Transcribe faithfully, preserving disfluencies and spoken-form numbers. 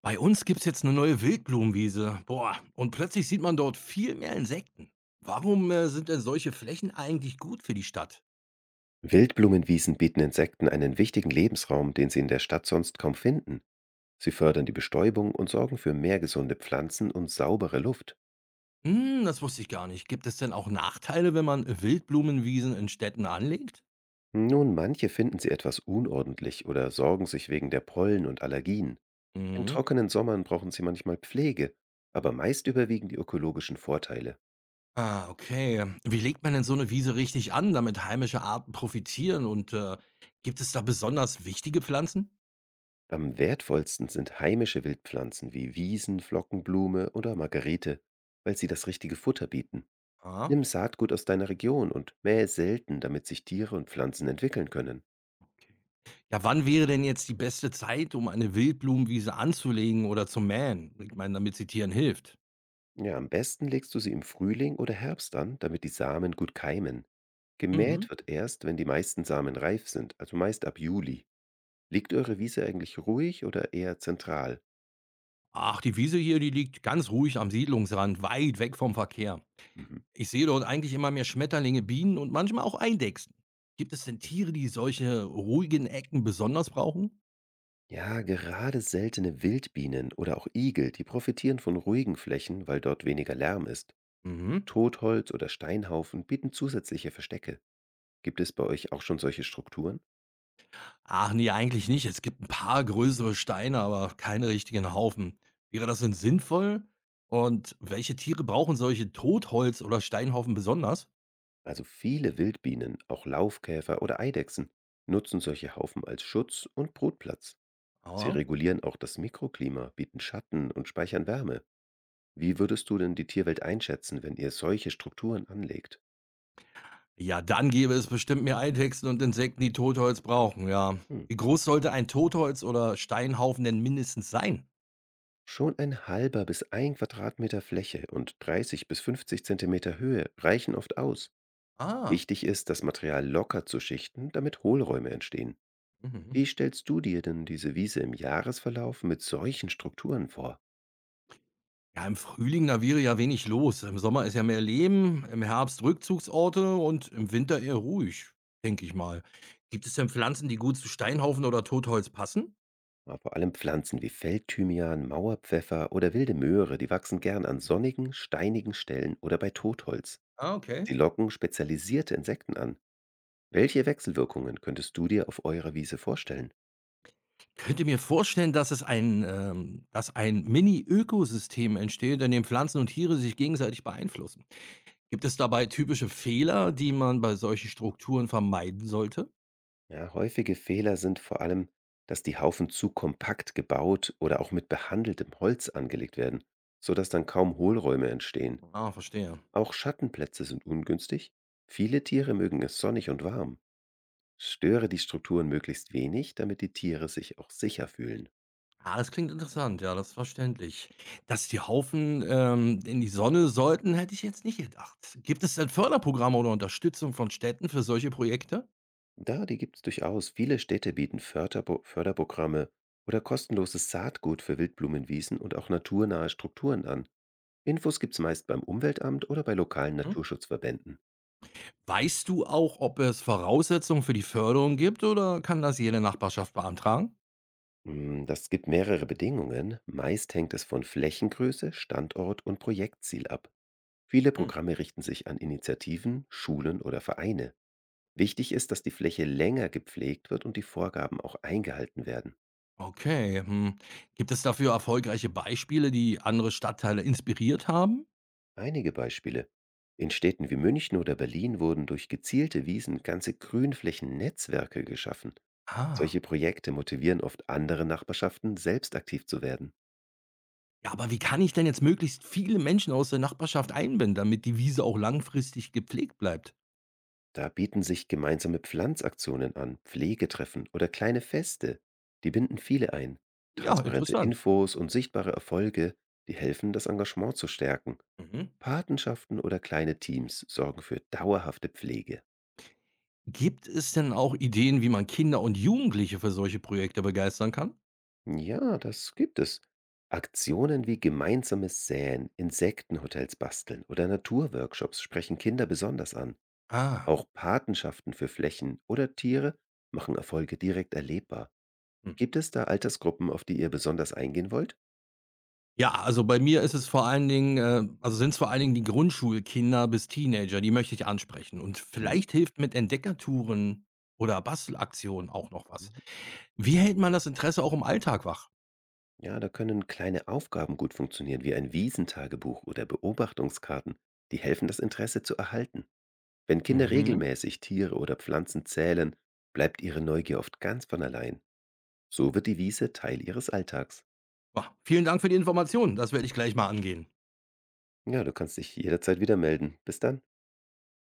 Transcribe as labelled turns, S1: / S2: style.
S1: Bei uns gibt's jetzt eine neue Wildblumenwiese. Boah, und plötzlich sieht man dort viel mehr Insekten. Warum, äh, sind denn solche Flächen eigentlich gut für die Stadt?
S2: Wildblumenwiesen bieten Insekten einen wichtigen Lebensraum, den sie in der Stadt sonst kaum finden. Sie fördern die Bestäubung und sorgen für mehr gesunde Pflanzen und saubere Luft.
S1: Hm, das wusste ich gar nicht. Gibt es denn auch Nachteile, wenn man Wildblumenwiesen in Städten anlegt?
S2: Nun, manche finden sie etwas unordentlich oder sorgen sich wegen der Pollen und Allergien. In
S1: Mhm.
S2: trockenen Sommern brauchen sie manchmal Pflege, aber meist überwiegen die ökologischen Vorteile.
S1: Ah, okay. Wie legt man denn so eine Wiese richtig an, damit heimische Arten profitieren und, äh, gibt es da besonders wichtige Pflanzen?
S2: Am wertvollsten sind heimische Wildpflanzen wie Wiesen, Flockenblume oder Margerite, weil sie das richtige Futter bieten.
S1: Ah,
S2: Nimm Saatgut aus deiner Region und mähe es selten, damit sich Tiere und Pflanzen entwickeln können.
S1: okay. Ja, wann wäre denn jetzt die beste Zeit, um eine Wildblumenwiese anzulegen oder zu mähen? Ich meine, damit sie Tieren hilft.
S2: Ja, am besten legst du sie im Frühling oder Herbst an, damit die Samen gut keimen.
S1: Mhm.
S2: Gemäht wird erst, wenn die meisten Samen reif sind, also meist ab Juli. Liegt eure Wiese eigentlich ruhig oder eher zentral?
S1: Ach, die Wiese hier, die liegt ganz ruhig am Siedlungsrand, weit weg vom Verkehr.
S2: Mhm.
S1: Ich sehe dort eigentlich immer mehr Schmetterlinge, Bienen und manchmal auch Eidechsen. Gibt es denn Tiere, die solche ruhigen Ecken besonders brauchen?
S2: Ja, gerade seltene Wildbienen oder auch Igel, die profitieren von ruhigen Flächen, weil dort weniger Lärm ist.
S1: Mhm.
S2: Totholz oder Steinhaufen bieten zusätzliche Verstecke. Gibt es bei euch auch schon solche Strukturen?
S1: Ach nee, eigentlich nicht. Es gibt ein paar größere Steine, aber keine richtigen Haufen. Wäre das denn sinnvoll? Und welche Tiere brauchen solche Totholz- oder Steinhaufen besonders?
S2: Also viele Wildbienen, auch Laufkäfer oder Eidechsen, nutzen solche Haufen als Schutz und Brutplatz. Sie
S1: Ah.
S2: regulieren auch das Mikroklima, bieten Schatten und speichern Wärme. Wie würdest du denn die Tierwelt einschätzen, wenn ihr solche Strukturen anlegt?
S1: Ja, dann gäbe es bestimmt mehr Eidechsen und Insekten, die Totholz brauchen, ja.
S2: Hm.
S1: Wie groß sollte ein Totholz oder Steinhaufen denn mindestens sein?
S2: Schon ein halber bis ein Quadratmeter Fläche und dreißig bis fünfzig Zentimeter Höhe reichen oft aus.
S1: Ah,
S2: Wichtig ist, das Material locker zu schichten, damit Hohlräume entstehen.
S1: mhm.
S2: Wie stellst du dir denn diese Wiese im Jahresverlauf mit solchen Strukturen vor?
S1: Ja, im Frühling, da wäre ja wenig los. Im Sommer ist ja mehr Leben, im Herbst Rückzugsorte und im Winter eher ruhig, denke ich mal. Gibt es denn Pflanzen, die gut zu Steinhaufen oder Totholz passen?
S2: Ja, vor allem Pflanzen wie Feldthymian, Mauerpfeffer oder wilde Möhre, die wachsen gern an sonnigen, steinigen Stellen oder bei Totholz.
S1: Ah, okay.
S2: Sie locken spezialisierte Insekten an. Welche Wechselwirkungen könntest du dir auf eurer Wiese vorstellen?
S1: Könnte mir vorstellen, dass es ein, ähm, dass ein Mini-Ökosystem entsteht, in dem Pflanzen und Tiere sich gegenseitig beeinflussen. Gibt es dabei typische Fehler, die man bei solchen Strukturen vermeiden sollte?
S2: Ja, häufige Fehler sind vor allem, dass die Haufen zu kompakt gebaut oder auch mit behandeltem Holz angelegt werden, sodass dann kaum Hohlräume entstehen.
S1: Ah, verstehe.
S2: Auch Schattenplätze sind ungünstig. Viele Tiere mögen es sonnig und warm. Störe die Strukturen möglichst wenig, damit die Tiere sich auch sicher fühlen.
S1: Ah, das klingt interessant. Ja, das ist verständlich. Dass die Haufen, ähm, in die Sonne sollten, hätte ich jetzt nicht gedacht. Gibt es denn Förderprogramme oder Unterstützung von Städten für solche Projekte?
S2: Da, die gibt's durchaus. Viele Städte bieten Förderbo Förderprogramme oder kostenloses Saatgut für Wildblumenwiesen und auch naturnahe Strukturen an. Infos gibt's meist beim Umweltamt oder bei lokalen
S1: Mhm.
S2: Naturschutzverbänden.
S1: Weißt du auch, ob es Voraussetzungen für die Förderung gibt oder kann das jede Nachbarschaft beantragen?
S2: Mm, Das gibt mehrere Bedingungen. Meist hängt es von Flächengröße, Standort und Projektziel ab. Viele
S1: Hm.
S2: Programme richten sich an Initiativen, Schulen oder Vereine. Wichtig ist, dass die Fläche länger gepflegt wird und die Vorgaben auch eingehalten werden.
S1: Okay. Hm. Gibt es dafür erfolgreiche Beispiele, die andere Stadtteile inspiriert haben?
S2: Einige Beispiele. In Städten wie München oder Berlin wurden durch gezielte Wiesen ganze Grünflächen-Netzwerke geschaffen.
S1: Ah.
S2: Solche Projekte motivieren oft andere Nachbarschaften, selbst aktiv zu werden.
S1: Ja, aber wie kann ich denn jetzt möglichst viele Menschen aus der Nachbarschaft einbinden, damit die Wiese auch langfristig gepflegt bleibt?
S2: Da bieten sich gemeinsame Pflanzaktionen an, Pflegetreffen oder kleine Feste. Die binden viele ein.
S1: Ja, Ah,
S2: Transparente
S1: interessant.
S2: Infos und sichtbare Erfolge, die helfen, das Engagement zu stärken.
S1: Mhm.
S2: Patenschaften oder kleine Teams sorgen für dauerhafte Pflege.
S1: Gibt es denn auch Ideen, wie man Kinder und Jugendliche für solche Projekte begeistern kann?
S2: Ja, das gibt es. Aktionen wie gemeinsames Säen, Insektenhotels basteln oder Naturworkshops sprechen Kinder besonders an.
S1: Ah,
S2: Auch Patenschaften für Flächen oder Tiere machen Erfolge direkt erlebbar.
S1: hm.
S2: Gibt es da Altersgruppen, auf die ihr besonders eingehen wollt?
S1: Ja, also bei mir ist es vor allen Dingen, äh, also sind es vor allen Dingen die Grundschulkinder bis Teenager, die möchte ich ansprechen. Und
S2: Mhm.
S1: vielleicht hilft mit Entdeckertouren oder Bastelaktionen auch noch was.
S2: Mhm.
S1: Wie hält man das Interesse auch im Alltag wach?
S2: Ja, da können kleine Aufgaben gut funktionieren, wie ein Wiesentagebuch oder Beobachtungskarten. Die helfen, das Interesse zu erhalten. Wenn Kinder
S1: Mhm.
S2: regelmäßig Tiere oder Pflanzen zählen, bleibt ihre Neugier oft ganz von allein. So wird die Wiese Teil ihres Alltags.
S1: Ja, vielen Dank für die Informationen. Das werde ich gleich mal angehen.
S2: Ja, du kannst dich jederzeit wieder melden. Bis dann.